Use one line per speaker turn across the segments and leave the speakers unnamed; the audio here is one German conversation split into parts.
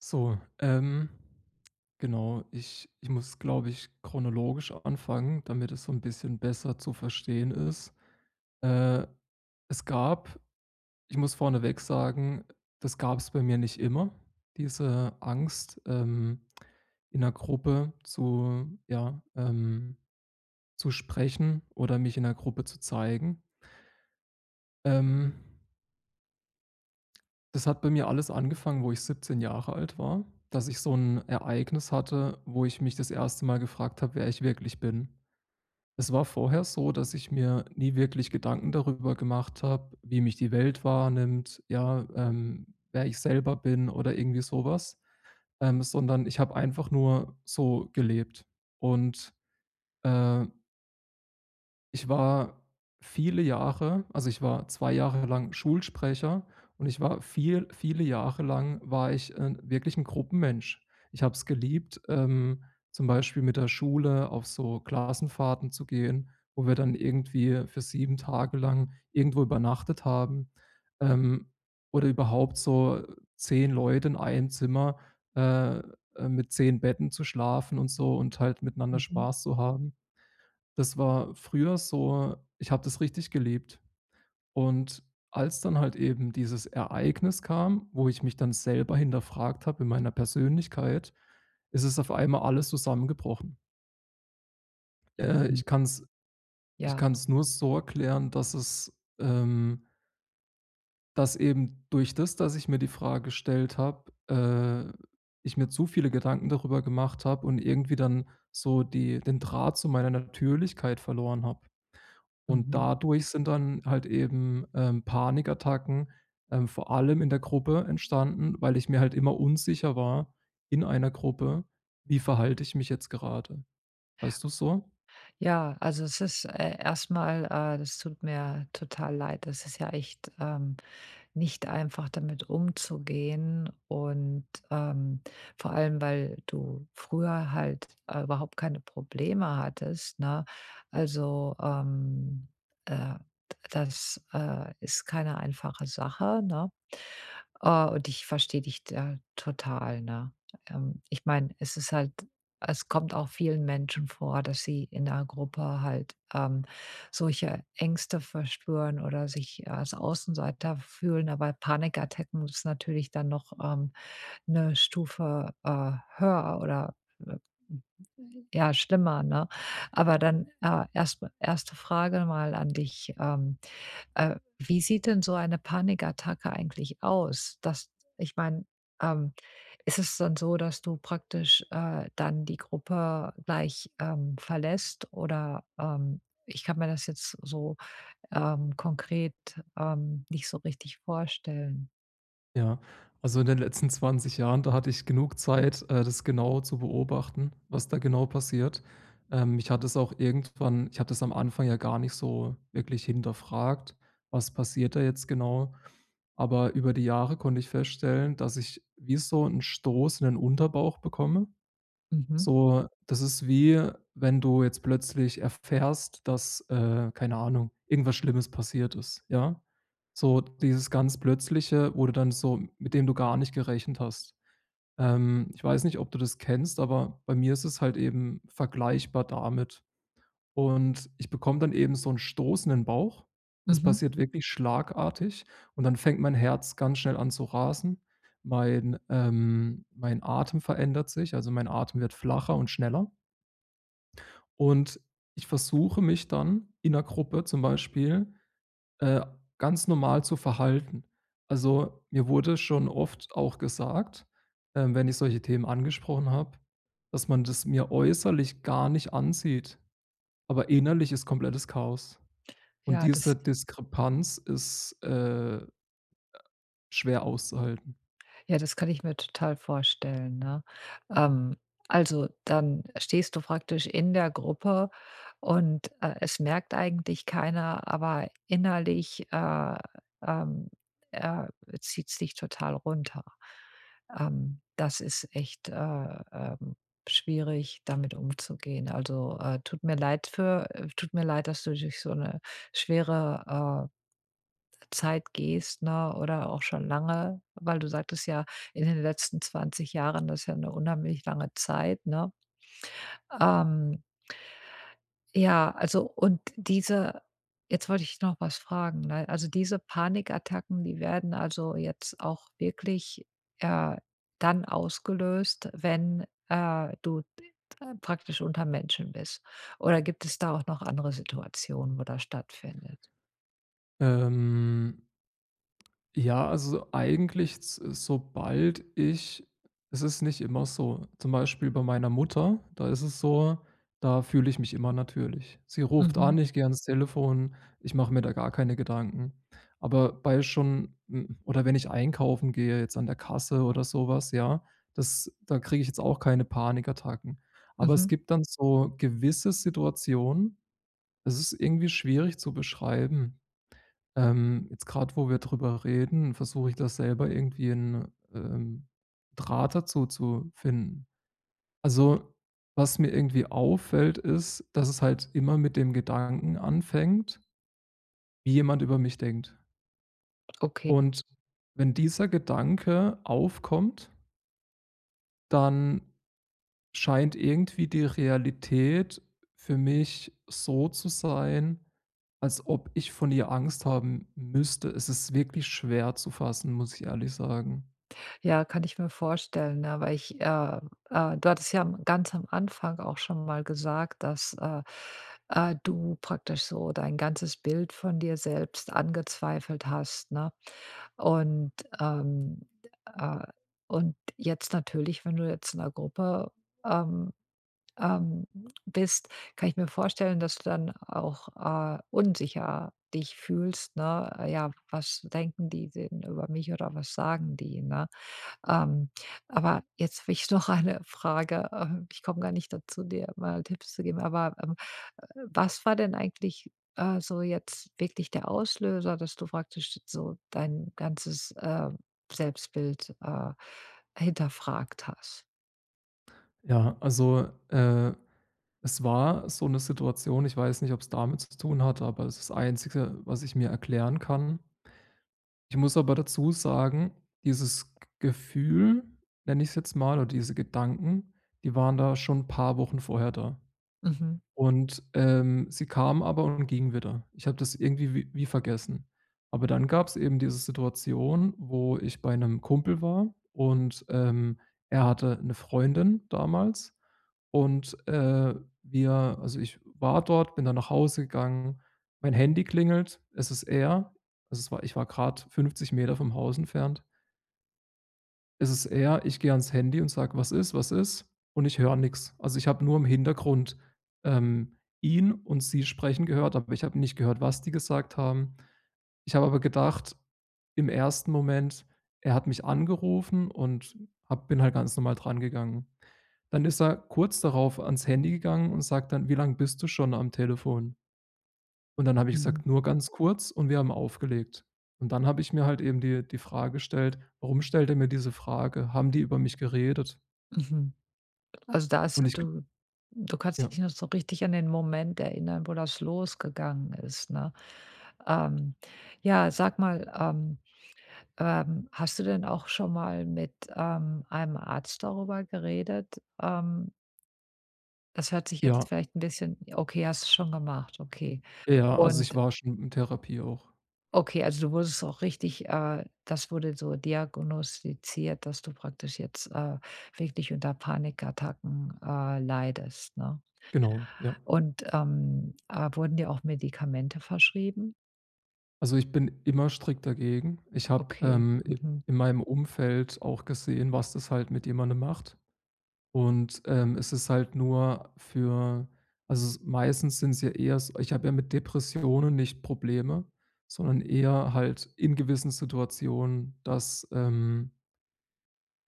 So, genau. Ich muss, glaube ich, chronologisch anfangen, damit es so ein bisschen besser zu verstehen ist. Äh, es gab Ich muss vorneweg sagen, das gab es bei mir nicht immer, diese Angst, in 'ner Gruppe zu ja, zu sprechen oder mich in 'ner Gruppe zu zeigen. Ähm Das hat bei mir alles angefangen, wo ich 17 Jahre alt war, dass ich so ein Ereignis hatte, wo ich mich das erste Mal gefragt habe, wer ich wirklich bin. Es war vorher so, dass ich mir nie wirklich Gedanken darüber gemacht habe, wie mich die Welt wahrnimmt, ja, wer ich selber bin oder irgendwie sowas, sondern ich habe einfach nur so gelebt und, äh ich war viele Jahre also, ich war 2 Jahre lang Schulsprecher und ich war viele Jahre lang war ich, wirklich ein Gruppenmensch. Ich habe es geliebt, zum Beispiel mit der Schule auf so Klassenfahrten zu gehen, wo wir dann irgendwie für 7 Tage lang irgendwo übernachtet haben, ähm, oder überhaupt so 10 Leute in einem Zimmer, äh, mit 10 Betten zu schlafen und so und halt miteinander
Mhm,
Spaß zu haben. Das war früher so. Ich habe das richtig gelebt. Und als dann halt eben dieses Ereignis kam, wo ich mich dann selber hinterfragt habe in meiner Persönlichkeit, ist es auf einmal alles zusammengebrochen. Äh,
mhm.
ich kann es, ich
Ja,
kann's nur so erklären, dass eben durch das, dass ich mir die Frage gestellt habe, ich mir zu viele Gedanken darüber gemacht habe und irgendwie dann so die den Draht zu meiner Natürlichkeit verloren habe. Und
mhm.
dadurch sind dann halt eben, Panikattacken, vor allem in der Gruppe entstanden, weil ich mir halt immer unsicher war in einer Gruppe: „Wie verhalte ich mich jetzt gerade?" Weißt du so?
Ja, also es ist, erst das tut mir total leid. Das ist ja echt, nicht einfach, damit umzugehen und, ähm, vor allem, weil du früher halt, überhaupt keine Probleme hattest, ne? Also, äh, das, ist keine einfache Sache, ne? Und ich verstehe dich da total, ne? Ich meine, es ist halt, es kommt auch vielen Menschen vor, dass sie in einer Gruppe halt, solche Ängste verspüren oder sich als Außenseiter fühlen, aber Panikattacken ist natürlich dann noch, 'ne Stufe, höher oder, äh, ja, schlimmer, ne? Aber dann, erst mal Frage mal an dich, wie sieht denn so eine Panikattacke eigentlich aus? Das ich meine, ähm, ist es dann so, dass du praktisch, dann die Gruppe gleich, verlässt oder, ich kann mir das jetzt so, konkret, nicht so richtig vorstellen.
Ja. Also, in den letzten 20 Jahren, da hatte ich genug Zeit, das genau zu beobachten, was da genau passiert. Mich hat das auch irgendwann ich habe das am Anfang ja gar nicht so wirklich hinterfragt: „Was passiert da jetzt genau?" Aber über die Jahre konnte ich feststellen, dass ich wie so 'n Stoß in den Unterbauch bekomme.
Mhm,
So, das ist wie, wenn du jetzt plötzlich erfährst, dass, keine Ahnung, irgendwas Schlimmes passiert ist, ja? So dieses ganz Plötzliche, wo du dann so mit dem du gar nicht gerechnet hast. Ich weiß nicht, ob du das kennst, aber bei mir ist es halt eben vergleichbar damit. Und ich bekomme dann eben so 'n stoßenden Bauch. Das
mhm.
passiert wirklich schlagartig und dann fängt mein Herz ganz schnell an zu rasen. Mein Atem verändert sich, also mein Atem wird flacher und schneller. Und ich versuche mich dann in 'ner Gruppe zum Beispiel, äh, ganz normal zu verhalten. Also, mir wurde schon oft auch gesagt, wenn ich solche Themen angesprochen habe, dass man das mir äußerlich gar nicht ansieht, aber innerlich ist komplettes Chaos. Und
Ja,
diese
das
Diskrepanz ist, schwer auszuhalten.
Ja, das kann ich mir total vorstellen, ne? Ähm, also, dann stehst du praktisch in der Gruppe und, es merkt eigentlich keiner, aber innerlich, ähm, äh, zieht's dich total runter. Das ist echt, ähm, schwierig, damit umzugehen. Also, tut mir leid, dass du durch so eine schwere, Zeit gehst, ne, oder auch schon lange, weil du sagtest ja, in den letzten 20 Jahren, das ist ja eine unheimlich lange Zeit, ne? Ähm, ja, also und diese jetzt wollte ich noch was fragen, ne? Also, diese Panikattacken, die werden also jetzt auch wirklich, äh, dann ausgelöst, wenn, du praktisch unter Menschen bist? Oder gibt es da auch noch andere Situationen, wo das stattfindet?
Ähm Ja, also eigentlich, s sobald ich es ist nicht immer so. Zum Beispiel bei meiner Mutter, da ist es so, da fühle ich mich immer natürlich. Sie ruft an,
Mhm,
ich gehe ans Telefon, ich mache mir da gar keine Gedanken. Aber oder wenn ich einkaufen gehe, jetzt an der Kasse oder sowas, ja, das da kriege ich jetzt auch keine Panikattacken. Aber es
mhm,
gibt dann so gewisse Situationen, es ist irgendwie schwierig zu beschreiben. Jetzt gerade, wo wir drüber reden, versuche ich das selber irgendwie 'n, ähm, Draht dazu zu finden. Also, was mir irgendwie auffällt, ist, dass es halt immer mit dem Gedanken anfängt, wie jemand über mich denkt.
okay.
Und wenn dieser Gedanke aufkommt, dann scheint irgendwie die Realität für mich so zu sein, als ob ich von ihr Angst haben müsste. Es ist wirklich schwer zu fassen, muss ich ehrlich sagen.
Ja, kann ich mir vorstellen, ne, weil ich, du hattest ja am ganz am Anfang auch schon mal gesagt, dass, du praktisch so dein ganzes Bild von dir selbst angezweifelt hast, ne? Und, ähm, äh, und jetzt natürlich, wenn du jetzt in 'ner Gruppe, ähm, ähm, bist, kann ich mir vorstellen, dass du dann auch, unsicher dich fühlst, ne? Ja, was denken die denn über mich oder was sagen die, ne? Ähm, aber jetzt habe ich noch eine Frage. Ich komme gar nicht dazu, dir mal Tipps zu geben, aber, äh, was war denn eigentlich, so jetzt wirklich der Auslöser, dass du praktisch so dein ganzes, Selbstbild, hinterfragt hast?
Ja, also, es war so eine Situation, ich weiß nicht, ob es damit zu tun hat, aber das ist das Einzige, was ich mir erklären kann. Ich muss aber dazu sagen, dieses G Gefühl, nenne ich es jetzt mal, oder diese Gedanken, die waren da schon ein paar Wochen vorher da.
Mhm,
Und, sie kamen aber und gingen wieder. Ich habe das irgendwie wie vergessen. Aber dann gab es eben diese Situation, wo ich bei einem Kumpel war und, er hatte eine Freundin damals und, wir also, ich war dort, bin dann nach Hause gegangen, mein Handy klingelt, es ist er. Also, es war ich war gerade 50 Meter vom Haus entfernt. Es ist er, ich gehe ans Handy und sage: „Was ist? Was ist?" Und ich höre nichts. Also, ich habe nur im Hintergrund, ähm, ihn und sie sprechen gehört, aber ich habe nicht gehört, was die gesagt haben. Ich habe aber gedacht im ersten Moment, er hat mich angerufen und habe bin halt ganz normal dran gegangen. Dann ist er kurz darauf ans Handy gegangen und sagt dann: „Wie lange bist du schon am Telefon?" Und dann habe ich
mhm,
gesagt: „Nur ganz kurz" und wir haben aufgelegt. Und dann habe ich mir halt eben die Frage gestellt: „Warum stellt er mir diese Frage? Haben die über mich geredet?"
mhm. Also, da ist
Und
ja
ich gl
du du kannst
Ja,
dich noch so richtig an den Moment erinnern, wo das losgegangen ist, ne? Ähm, ja, sag mal, hast du denn auch schon mal mit, einem Arzt darüber geredet? Das hört sich jetzt
ja,
vielleicht ein bisschen ja, okay, hast du schon gemacht, okay.
ja, also ich
Und
war schon in Therapie auch.
okay, also du wurdest auch richtig das wurde so diagnostiziert, dass du praktisch jetzt, wirklich unter Panikattacken, leidest, ne?
Genau, ja.
Und, wurden dir auch Medikamente verschrieben?
Also, ich bin immer strikt dagegen. Ich habe,
Okay.
i
Mhm.
in meinem Umfeld auch gesehen, was das halt mit jemandem macht. Und, es ist halt nur für also, s meistens sind es ja eher s ich habe ja mit Depressionen nicht Probleme, sondern eher halt in gewissen Situationen, dass, ähm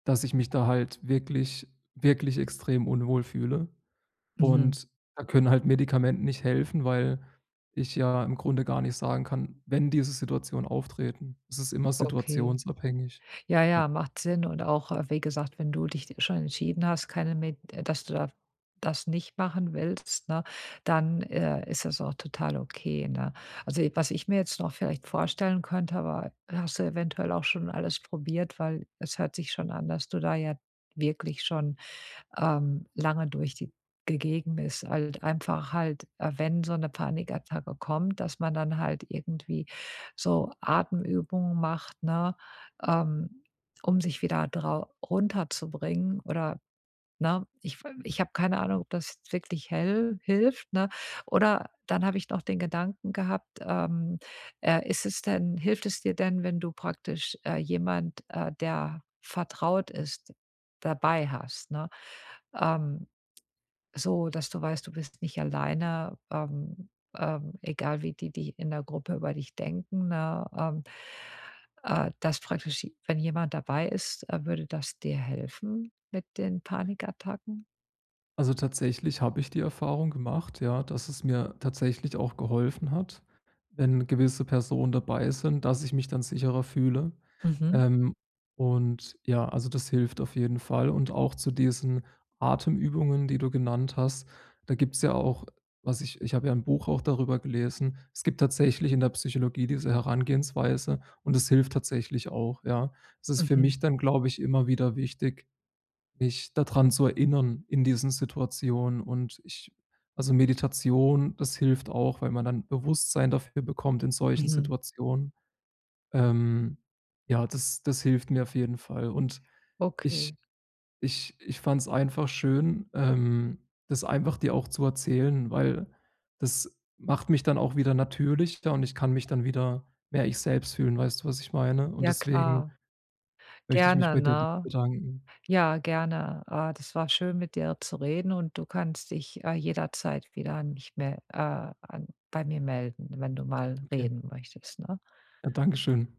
dass ich mich da halt wirklich, wirklich extrem unwohl fühle.
Mhm.
Und da können halt Medikamente nicht helfen, weil ich ja im Grunde gar nicht sagen kann, wenn diese Situationen auftreten. Es ist immer
Okay.
situationsabhängig.
Ja, ja,
Ja.
macht Sinn und auch, wie gesagt, wenn du dich schon entschieden hast, keine Med dass du da das nicht machen willst, ne, dann, ist das auch total okay, ne? Also, was ich mir jetzt noch vielleicht vorstellen könnte, aber hast du eventuell auch schon alles probiert, weil es hört sich schon an, dass du da ja wirklich schon lange durch die gegeben ist. Halt einfach halt, wenn so eine Panikattacke kommt, dass man dann halt irgendwie so Atemübungen macht, ne, ähm, um sich wieder drau runterzubringen oder Ne? Ich habe keine Ahnung, ob das jetzt wirklich hell hilft, ne? Oder dann habe ich noch den Gedanken gehabt, ist es denn hilft es dir denn, wenn du praktisch, jemand, der vertraut ist, dabei hast, ne? Ähm, so, dass du weißt, du bist nicht alleine, egal wie die die in der Gruppe über dich denken, ne? Dass praktisch, wenn jemand dabei ist, würde das dir helfen mit den Panikattacken?
Also, tatsächlich habe ich die Erfahrung gemacht, ja, dass es mir tatsächlich auch geholfen hat, wenn gewisse Personen dabei sind, dass ich mich dann sicherer fühle.
Mhm,
Ähm, und ja, also, das hilft auf jeden Fall. Und auch zu diesen Atemübungen, die du genannt hast, da gibt's ja auch was ich ich habe ja ein Buch auch darüber gelesen. Es gibt tatsächlich in der Psychologie diese Herangehensweise und es hilft tatsächlich auch, ja. Es ist für
mhm,
mich dann, glaube ich, immer wieder wichtig mich daran zu erinnern in diesen Situationen und ich also Meditation, das hilft auch, weil man dann Bewusstsein dafür bekommt in solchen
mhm.
Situationen. Ähm, ja, das hilft mir auf jeden Fall und ich
Okay.
ich fand es einfach schön, das einfach dir auch zu erzählen, weil das macht mich dann auch wieder natürlicher und ich kann mich dann wieder mehr ich selbst fühlen, weißt du, was ich meine? Und
Ja
deswegen
klar.
möchte ich mich
Gerne,
bei dir
ne?
bedanken.
Ja, gerne. Das war schön, mit dir zu reden und du kannst dich, jederzeit wieder an mich mel an bei mir melden, wenn du mal
Okay.
reden möchtest, ne?
Ja, Dankeschön